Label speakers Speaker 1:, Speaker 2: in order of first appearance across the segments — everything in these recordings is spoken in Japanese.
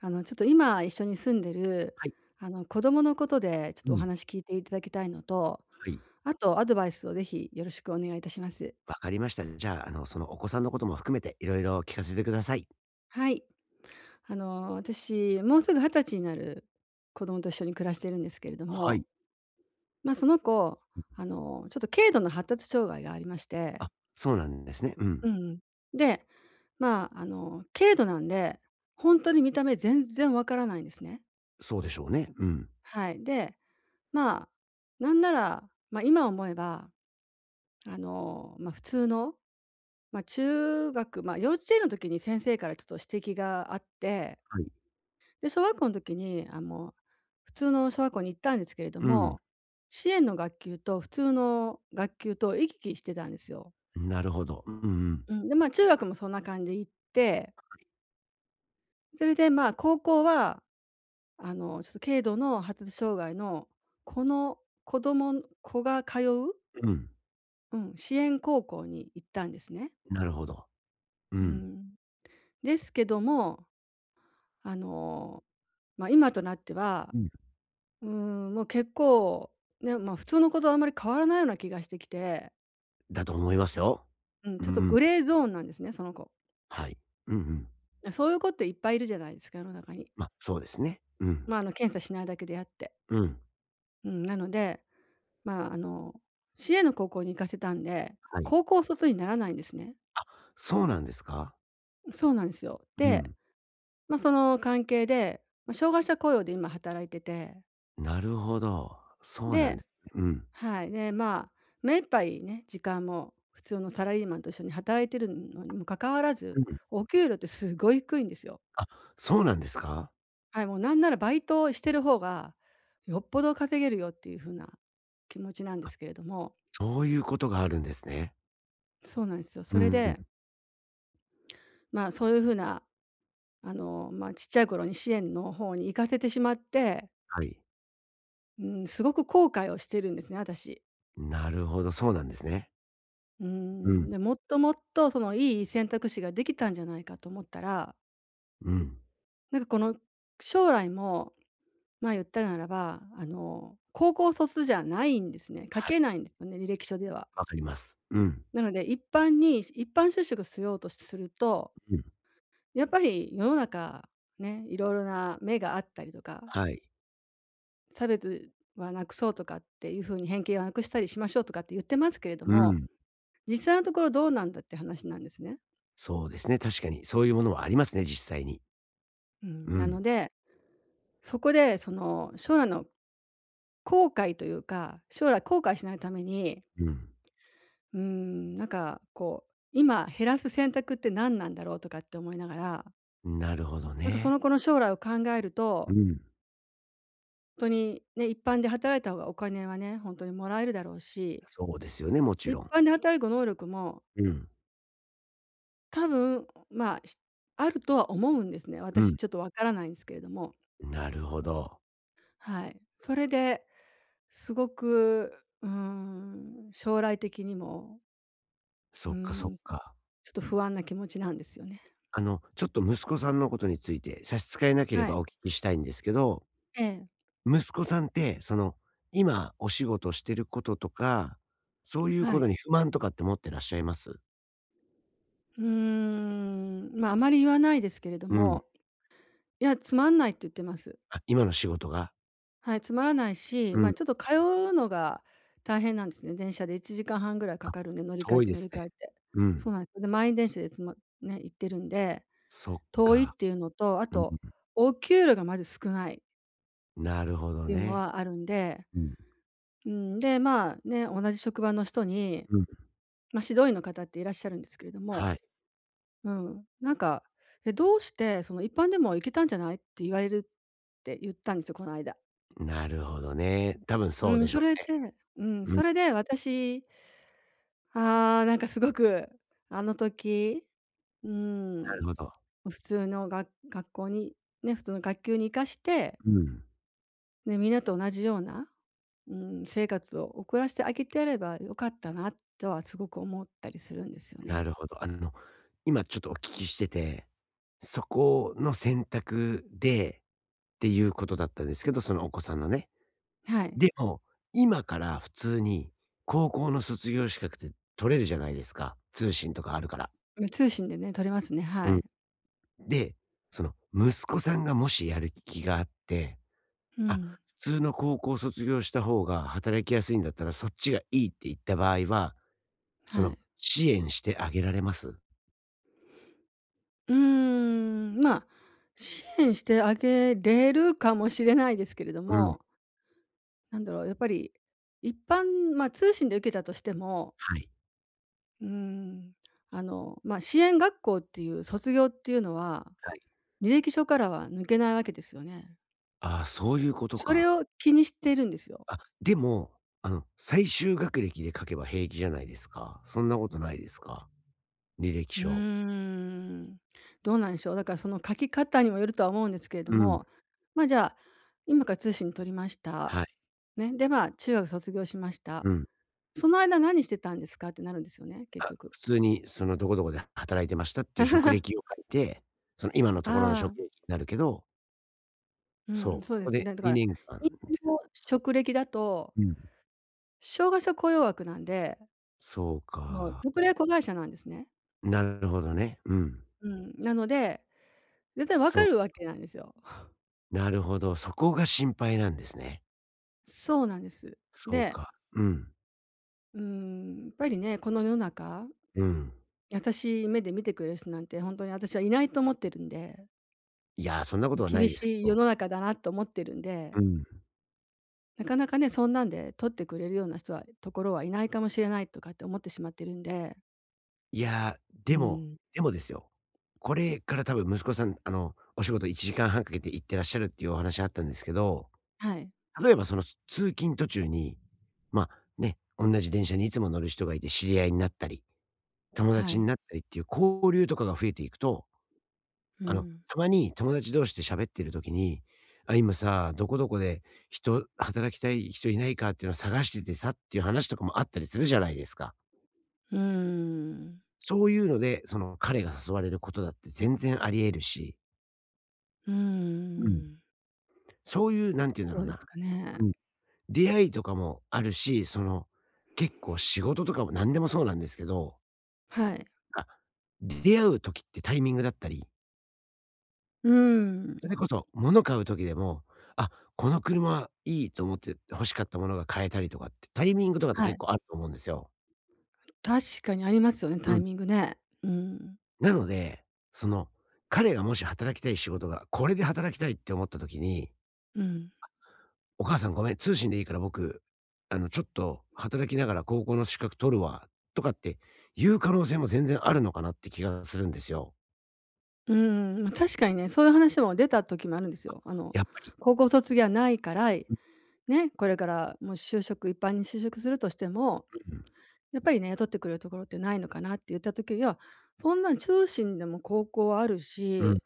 Speaker 1: ちょっと今一緒に住んでる、
Speaker 2: はい。
Speaker 1: 子供のことでちょっ
Speaker 2: う
Speaker 1: とお
Speaker 2: ん。
Speaker 1: 話聞いていただきたいのと、
Speaker 2: はい。
Speaker 1: あとアドバイスをぜひよろしくお願いいたします。
Speaker 2: わかりました。じゃあ、そのお子さんのことも含めて、いろいろ聞かせてください。
Speaker 1: はい。私、もうすぐ20歳になる子供と一緒に暮らしているんですけれど
Speaker 2: は
Speaker 1: も、
Speaker 2: い。
Speaker 1: その子、ちょっと軽度の発達障害がありまして、
Speaker 2: あ、そうなんですね。う
Speaker 1: う
Speaker 2: ん。
Speaker 1: ん。で、軽度なんで、本当に見た目全然わからないんですね。
Speaker 2: そうでしょうね。うん。
Speaker 1: はい。で、まあ、なんなら、今思えばあの、まあ、普通の、まあ、中学、まあ、幼稚園の時に先生からちょっと指摘があって、
Speaker 2: はい。
Speaker 1: で、小学校の時に、普通の小学校に行ったんですけれど
Speaker 2: うん。
Speaker 1: も、支援の学級と普通の学級と行き来してたんですよ。
Speaker 2: なるほど。うんうん。
Speaker 1: うん、で、中学もそんな感じで行って、それで、高校は、ちょっと軽度の発達障害のこの子が通う、
Speaker 2: うん。
Speaker 1: うん、支援高校に行ったんですね。
Speaker 2: なるほど。う
Speaker 1: う
Speaker 2: ん。
Speaker 1: ん。ですけども、あの、今となっては、
Speaker 2: うん。
Speaker 1: うん、もう結構、普通の子とあんまり変わらないような気がしてきて、
Speaker 2: だと思いますよ。
Speaker 1: うん、
Speaker 2: うん
Speaker 1: ちょ
Speaker 2: う
Speaker 1: っとグ
Speaker 2: ん。
Speaker 1: レーゾーンなんですね、その子。
Speaker 2: はい。うんうん。
Speaker 1: そういう子っていっぱいいるじゃないですか、世の中に。
Speaker 2: ま、そうですね。うん。
Speaker 1: 検査しないだけであって。
Speaker 2: うん。
Speaker 1: うん、なので、まあ、あの、市営の高校に行かせたんで、
Speaker 2: はい。
Speaker 1: 高校卒にならないんですね。
Speaker 2: そうなんですか？
Speaker 1: そうなんですよ。
Speaker 2: う
Speaker 1: で、
Speaker 2: ん。
Speaker 1: その関係で、障害者雇用で今働いてて、
Speaker 2: なるほど。そうなん
Speaker 1: で、
Speaker 2: ですね。うん。
Speaker 1: はい。で、目いっぱいね、時間も普通のサラリーマンと一緒に働いてるのにもかかわらず、
Speaker 2: うん。
Speaker 1: お給料ってすごい低いんですよ。
Speaker 2: そうなんですか？
Speaker 1: はい、もうなんならバイトをしてる方がよっぽど稼げるよっていう風な気持ちなんで
Speaker 2: あ、
Speaker 1: すけれども、
Speaker 2: そういうことがあるんですね。
Speaker 1: そうなんですよ。そ
Speaker 2: う
Speaker 1: れ
Speaker 2: ん。
Speaker 1: で、そういう風な、ちっちゃい頃に支援の方に行かせてしまって、
Speaker 2: はい。
Speaker 1: うん、すごく後悔をしてるんですね、私。
Speaker 2: なるほど、そうなんですね。
Speaker 1: う
Speaker 2: うん、
Speaker 1: ん、で、もっともっとそのいい選択肢ができたんじゃないかと思ったら、
Speaker 2: うん。
Speaker 1: なんかこの将来も、言ったならば、高校卒じゃないんですね。書
Speaker 2: はい、
Speaker 1: けないんですよね、履歴書では。
Speaker 2: わかります。うん、
Speaker 1: なので一般就職しようとすると、
Speaker 2: うん。
Speaker 1: やっぱり世の中ね、いろいろな目があったりとか、
Speaker 2: はい。
Speaker 1: 差別はなくそうとかっていう風に偏見はなくしたりしましょうとかって言ってますけれど
Speaker 2: う
Speaker 1: も、
Speaker 2: ん、
Speaker 1: 実際のところどうなんだって話なんですね。
Speaker 2: そうですね、確かに。そういうものはありますね、実際に。
Speaker 1: うん、
Speaker 2: う
Speaker 1: な
Speaker 2: ん、
Speaker 1: ので、そこでその将来後悔しないために、
Speaker 2: うん。
Speaker 1: なんかこう、今減らす選択って何なんだろうとかって思いながら、
Speaker 2: なるほど
Speaker 1: なんかその
Speaker 2: ね。
Speaker 1: 子の将来を考える
Speaker 2: う
Speaker 1: と、
Speaker 2: ん。
Speaker 1: 本当にね、一般で働いた方がお金はね、本当にもらえるだろうし、
Speaker 2: そうですよね、もち
Speaker 1: 一
Speaker 2: ろん。
Speaker 1: 般で働く能力も
Speaker 2: うん、
Speaker 1: 多分、あるとは思うんですね。
Speaker 2: う
Speaker 1: 私
Speaker 2: ん。
Speaker 1: ちょっとわからないんですけれども、
Speaker 2: なるほど。
Speaker 1: はい。それですごく、将来的にも、う
Speaker 2: そっかそっ
Speaker 1: ーん、
Speaker 2: か。
Speaker 1: ちょっと不安な気持ちなんですよね。
Speaker 2: ちょっと息子さんのことについて差し支えなけれ
Speaker 1: はい。
Speaker 2: ばお聞きしたいんですけど、
Speaker 1: ええ、
Speaker 2: 息子さんって、その、今お仕事してることとか、そういう
Speaker 1: は
Speaker 2: こと
Speaker 1: い。
Speaker 2: に不満とかって持ってらっしゃいます？
Speaker 1: あまり言わないですけれど
Speaker 2: うん。
Speaker 1: も、いや、つまんないって言ってます。
Speaker 2: あ、今の仕事が。
Speaker 1: はい、つまらないし、
Speaker 2: うん。
Speaker 1: ちょっとうのが大変なんですね。電車で1時間半ぐらいか
Speaker 2: あ、
Speaker 1: かるんで、乗り換え
Speaker 2: 遠い
Speaker 1: て
Speaker 2: で
Speaker 1: 乗り
Speaker 2: すね。
Speaker 1: 換えて。
Speaker 2: う
Speaker 1: そう
Speaker 2: ん。
Speaker 1: なんです。で、満員電車でつまね、行ってるんで、
Speaker 2: そっ
Speaker 1: 遠いっ
Speaker 2: か。
Speaker 1: ていうのと、あ
Speaker 2: うん。
Speaker 1: と、お給料がまず少ないっ
Speaker 2: なるほど
Speaker 1: ていうの
Speaker 2: ね。
Speaker 1: はあるんで、
Speaker 2: うん。
Speaker 1: うん、で、同じ職場の人に、
Speaker 2: うん。
Speaker 1: 指導員の方っていらっしゃるんですけれども、
Speaker 2: はい。
Speaker 1: うん。なんか、「え、どうして、その、一般でも行けたんじゃない？」って言われるって言ったんですよ、この間。
Speaker 2: なるほどね。多分
Speaker 1: う
Speaker 2: そうで
Speaker 1: ん、
Speaker 2: し
Speaker 1: そ
Speaker 2: ょ
Speaker 1: れでうん、
Speaker 2: うね。うん、
Speaker 1: そ
Speaker 2: な
Speaker 1: れで私、なんかすごく、あの時、うん、
Speaker 2: るほど。
Speaker 1: 普通のが学校に、ね、普通の学級に行かして、
Speaker 2: うん。
Speaker 1: ね、みんなと同じような、うん、生活を送らせてあげてやればよかったなとはすごく思ったりするんですよ
Speaker 2: な
Speaker 1: ね。
Speaker 2: るほど。今ちょっとお聞きしてて、そこの選択でっていうことだったんですけど、そのお子さんのね。
Speaker 1: はい。
Speaker 2: でも、今から普通に高校の卒業資格って取れるじゃないですか、通信とかあるから。
Speaker 1: ま、通信でね、取れますね、は
Speaker 2: うん。
Speaker 1: い。
Speaker 2: で、その息子さんがもしやる気があって、
Speaker 1: う
Speaker 2: あ、
Speaker 1: ん、
Speaker 2: 普通の高校卒業した方が働きやすいんだったらそっちがいいって言った場合は、そ
Speaker 1: は
Speaker 2: の
Speaker 1: い。
Speaker 2: 支援してあげられます？
Speaker 1: うーん、まあ、支援してあげれるかもしれないですけれど
Speaker 2: うん、
Speaker 1: も、なんだろう、やっぱり一般まあ、通信で受けたとしても、
Speaker 2: はい、
Speaker 1: うーん、支援学校っていう卒業っていうのは、
Speaker 2: はい。
Speaker 1: 履歴書からは抜けないわけですよね。
Speaker 2: ああ、そういうこと
Speaker 1: それ
Speaker 2: か。
Speaker 1: を気にしているんですよ。
Speaker 2: あ、でも、最終学歴で書けば平気じゃないですか。そんなことないですか？履歴
Speaker 1: うー
Speaker 2: 書。
Speaker 1: ん、どうなんでしょう。だからその書き方にもよるとは思うんですけれど
Speaker 2: うん、
Speaker 1: も、じゃあ、今から通信取りました。
Speaker 2: はい、
Speaker 1: ね、で、中学卒業しまし
Speaker 2: う
Speaker 1: た。
Speaker 2: ん。
Speaker 1: その間何してたんですかってなるんですよね、結
Speaker 2: あ、
Speaker 1: 局。
Speaker 2: 普通にそのどこどこで働いてましたっていう職歴を書いて、その今のところの
Speaker 1: あ
Speaker 2: 職
Speaker 1: あ、
Speaker 2: 歴になるけど
Speaker 1: うん、
Speaker 2: そう、
Speaker 1: そう
Speaker 2: そ
Speaker 1: で
Speaker 2: こ
Speaker 1: す
Speaker 2: で
Speaker 1: ね。だから、
Speaker 2: 2年間みたい
Speaker 1: 今
Speaker 2: な。
Speaker 1: の職歴だと、
Speaker 2: うん。
Speaker 1: 障害者雇用枠なんで、
Speaker 2: そう
Speaker 1: もう
Speaker 2: か。
Speaker 1: 特例子会社なんですね。
Speaker 2: なるほどね。うん。
Speaker 1: うん、なので、絶対わか
Speaker 2: そ
Speaker 1: るわけなんですよ。
Speaker 2: う、なるほど、そこが心配なんですね。
Speaker 1: そうなんです。
Speaker 2: そう
Speaker 1: で、
Speaker 2: か。うん、
Speaker 1: やっぱりね、この世の中、
Speaker 2: うん。
Speaker 1: 優しい目で見てくれる人なんて本当に私はいないと思ってるんで、
Speaker 2: いや、そんなことはな
Speaker 1: 厳
Speaker 2: いですけ
Speaker 1: しい世
Speaker 2: ど。
Speaker 1: の中だなと思ってるんで、
Speaker 2: うん。
Speaker 1: なかなかね、そんなんで取ってくれるようなところはいないかもしれないとかって思ってしまってるんで。
Speaker 2: いや、
Speaker 1: う
Speaker 2: でも
Speaker 1: ん。
Speaker 2: でもですよ、これから多分息子さん、あの、お仕事1時間半かけて行ってらっしゃるっていうお話あったんですけど、
Speaker 1: はい、
Speaker 2: 例えばその、通勤途中に、ま、ね、同じ電車にいつも乗る人がいて知り合いになったり、友
Speaker 1: は
Speaker 2: 達
Speaker 1: い。
Speaker 2: になったりっていう交流とかが増えていくと
Speaker 1: う
Speaker 2: あの、
Speaker 1: ん。
Speaker 2: たまに友達同士で喋ってる時に、あ、今さ、どこどこで働きたい人いないかっていうのを探しててさっていう話とかもあったりするじゃないですか。
Speaker 1: うーん。
Speaker 2: そういうので、その彼が誘われることだって全然あり得るし、
Speaker 1: うー
Speaker 2: うん。
Speaker 1: ん。
Speaker 2: そういう、なんて言うんだ
Speaker 1: そ
Speaker 2: ろう
Speaker 1: うです
Speaker 2: な、
Speaker 1: かね。
Speaker 2: うん、出会いとかもあるし、その、結構仕事とかも何でもそうなんですけど、
Speaker 1: はい。
Speaker 2: あ、出会う時ってタイミングだったり
Speaker 1: うー
Speaker 2: そ
Speaker 1: ん。
Speaker 2: れこそ、物買う時でも、あ、この車いいと思って欲しかったものが買えたりとかって、タイミングとかって
Speaker 1: は
Speaker 2: 結
Speaker 1: い。
Speaker 2: 構あると思うんですよ。
Speaker 1: 確かにありますよね、
Speaker 2: う
Speaker 1: タイ
Speaker 2: ん。
Speaker 1: ミングね。うん。
Speaker 2: なので、その、彼がもし働きたい仕事が、これで働きたいって思った時に、
Speaker 1: うん。
Speaker 2: お母さんごめん、通信でいいから僕、ちょっと働きながら高校の資格取るわ、とかって言う可能性も全然あるのかなって気がするんですよ。
Speaker 1: ま、確かにね、そういう話も出た時もあるんですよ。あの、
Speaker 2: やっぱり。
Speaker 1: 高校卒業はないから、
Speaker 2: うん
Speaker 1: ね、これからもう就職一般に就職するとしても、やっぱりね、雇ってくれるところってないのかなって言った時、いや、そんなん通信でも高校はある
Speaker 2: うんうん。うん。
Speaker 1: し、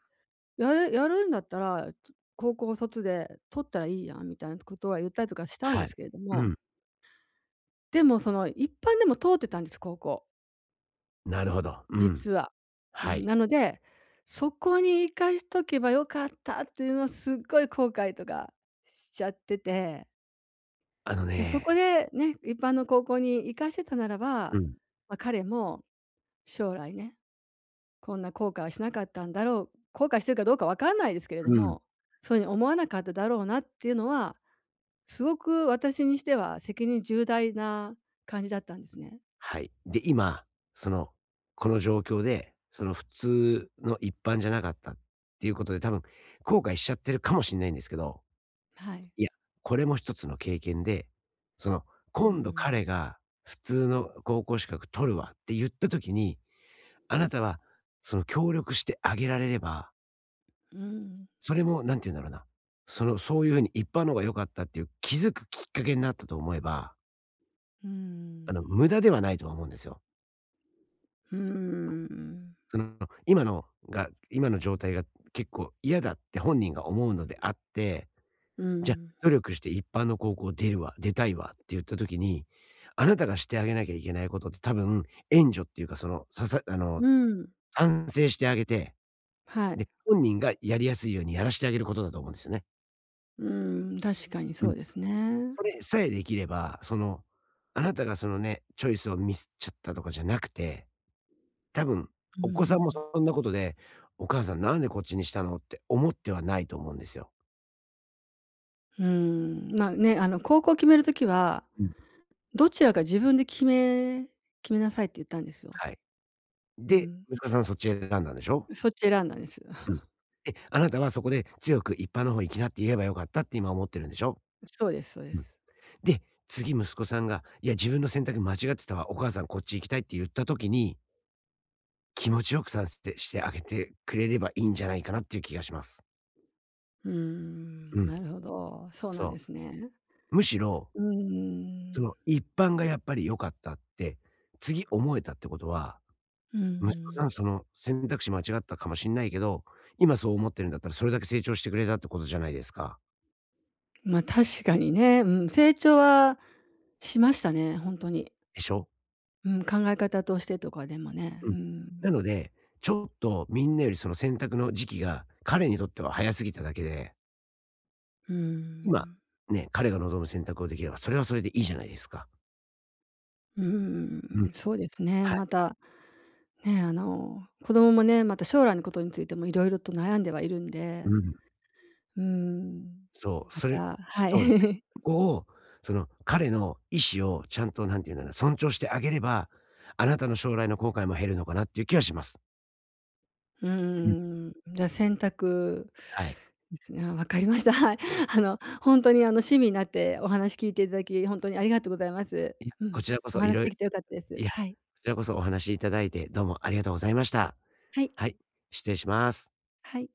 Speaker 1: やるんだったら、高校卒で取ったらいいやんみたいなことは言ったりとかしたん
Speaker 2: は
Speaker 1: です
Speaker 2: い。
Speaker 1: けれど
Speaker 2: う
Speaker 1: も、
Speaker 2: ん。
Speaker 1: でもその一般でも通ってたんです、高校、
Speaker 2: なるほど。うん。
Speaker 1: 実は。う
Speaker 2: は
Speaker 1: ん、
Speaker 2: い。
Speaker 1: なので、そこに生かしとけばよかったっていうのはすっごい後悔とかしちゃってて、
Speaker 2: あの
Speaker 1: もうそこ
Speaker 2: ね、
Speaker 1: でね、一般の高校に生かしてたならば、
Speaker 2: うん。
Speaker 1: 彼も将来ね、こんな後悔はしなかったんだろう、後悔してるかどうか分かんないですけれど
Speaker 2: うん。
Speaker 1: も、そういうふうに思わなかっただろうなっていうのは、すごく私にしては責任重大な感じだったんですね。
Speaker 2: はい。で、今、その、この状況で、その普通の一般じゃなかったっていうことで、多分後悔しちゃってるかもしんないんですけど、
Speaker 1: はい。
Speaker 2: いや、これも一つの経験で、その、
Speaker 1: う
Speaker 2: 今度
Speaker 1: ん。
Speaker 2: 彼が普通の高校資格取るわって言った時に、あなたはその協力してあげられれば、
Speaker 1: うん。
Speaker 2: それもなんて言うんだろうな、その、そういうふうに一般の方が良かったっていう気づくきっかけになったと思えば、
Speaker 1: うん。
Speaker 2: 無駄ではないとは思うんですよ。
Speaker 1: うん。
Speaker 2: その、今のが今の状態が結構嫌だって本人が思うのであって、
Speaker 1: う
Speaker 2: じゃ、
Speaker 1: ん。
Speaker 2: 努力して一般の高校出るわ、出たいわって言った時に、あなたがしてあげなきゃいけないことって多分、援助っていうか、その、ささあの、
Speaker 1: うん。
Speaker 2: 賛成してあげて、
Speaker 1: はい。
Speaker 2: で、本人がやりやすいようにやらしてあげることだと思うんですよね。
Speaker 1: うん、確かに
Speaker 2: う
Speaker 1: そ
Speaker 2: ん。
Speaker 1: うですね。
Speaker 2: それさえできれば、その、あなたがそのね、チョイスをミスっちゃったとかじゃなくて多分、
Speaker 1: う
Speaker 2: お子さんも
Speaker 1: ん。
Speaker 2: そんなことで、お母さんなんでこっちにしたのって思ってはないと思うんですよ。
Speaker 1: う高校を決めるときは、
Speaker 2: うん。
Speaker 1: どちらか自分で決めなさいって言ったんですよ。
Speaker 2: はい。
Speaker 1: う
Speaker 2: で、
Speaker 1: ん。
Speaker 2: 息子さんそっち選んだんでしょ？
Speaker 1: そちらなんです。
Speaker 2: うん。で、あなたはそこで強く一般の方行きなって言えばよかったって今思ってるんでしょ？
Speaker 1: そうです、そうで
Speaker 2: うん。
Speaker 1: す。
Speaker 2: で、次息子さんが、いや自分の選択間違ってたわ、お母さんこっち行きたいって言った時に、気持ちよくさせてしてあげてくれればいいんじゃないかなっていう気がします。
Speaker 1: うー
Speaker 2: う
Speaker 1: ん、
Speaker 2: ん、
Speaker 1: なるほど、そうなんで
Speaker 2: そ
Speaker 1: すね。
Speaker 2: う。むしろ、
Speaker 1: うー
Speaker 2: そ
Speaker 1: ん、
Speaker 2: の一般がやっぱり良かったって、次思えたってことは
Speaker 1: うー
Speaker 2: 息子さ
Speaker 1: ん。
Speaker 2: ん、その選択肢間違ったかもしんないけど、今そう思ってるんだったらそれだけ成長してくれたってことじゃないですか。
Speaker 1: まあ、確かにね、うん、成長はしましたね、ほんとに。
Speaker 2: でしょ？
Speaker 1: うん、考え方としてとかでもね、
Speaker 2: う
Speaker 1: う
Speaker 2: ん。
Speaker 1: ん。
Speaker 2: なので、ちょっとみんなよりその選択の時期が彼にとっては早すぎただけで、
Speaker 1: うー
Speaker 2: 今、
Speaker 1: ん、
Speaker 2: ね、彼が望む選択をできれば、それはそれでいいじゃないですか。
Speaker 1: う
Speaker 2: う
Speaker 1: ー
Speaker 2: ん。
Speaker 1: ん、そうですね。
Speaker 2: はい。
Speaker 1: また、ね、子供もね、また将来のことについても色々と悩んではいるん
Speaker 2: う
Speaker 1: で、
Speaker 2: ん。
Speaker 1: うーん、
Speaker 2: そう、
Speaker 1: ま
Speaker 2: それ
Speaker 1: た、は
Speaker 2: そうです。
Speaker 1: い。
Speaker 2: そこを、その彼の意思をちゃんと何て言うんだろうな、尊重してあげれば、あなたの将来の後悔も減るのかなっていう気はします。
Speaker 1: う
Speaker 2: うん。
Speaker 1: ーん、じゃ、選択
Speaker 2: はい。
Speaker 1: ですね。あ、わかりました。はい。あの、ほんとに、あの、親身になってお話聞いていただき、ほんとにありがとうございます。
Speaker 2: いや、
Speaker 1: う
Speaker 2: こ
Speaker 1: ん。
Speaker 2: ちらこ
Speaker 1: お
Speaker 2: そ
Speaker 1: 話
Speaker 2: 色々
Speaker 1: できて良かったです。
Speaker 2: いや、こ
Speaker 1: はい。
Speaker 2: ちらこそお話しいただいて、どうもありがとうございました。
Speaker 1: はい。
Speaker 2: はい、失礼します。
Speaker 1: はい。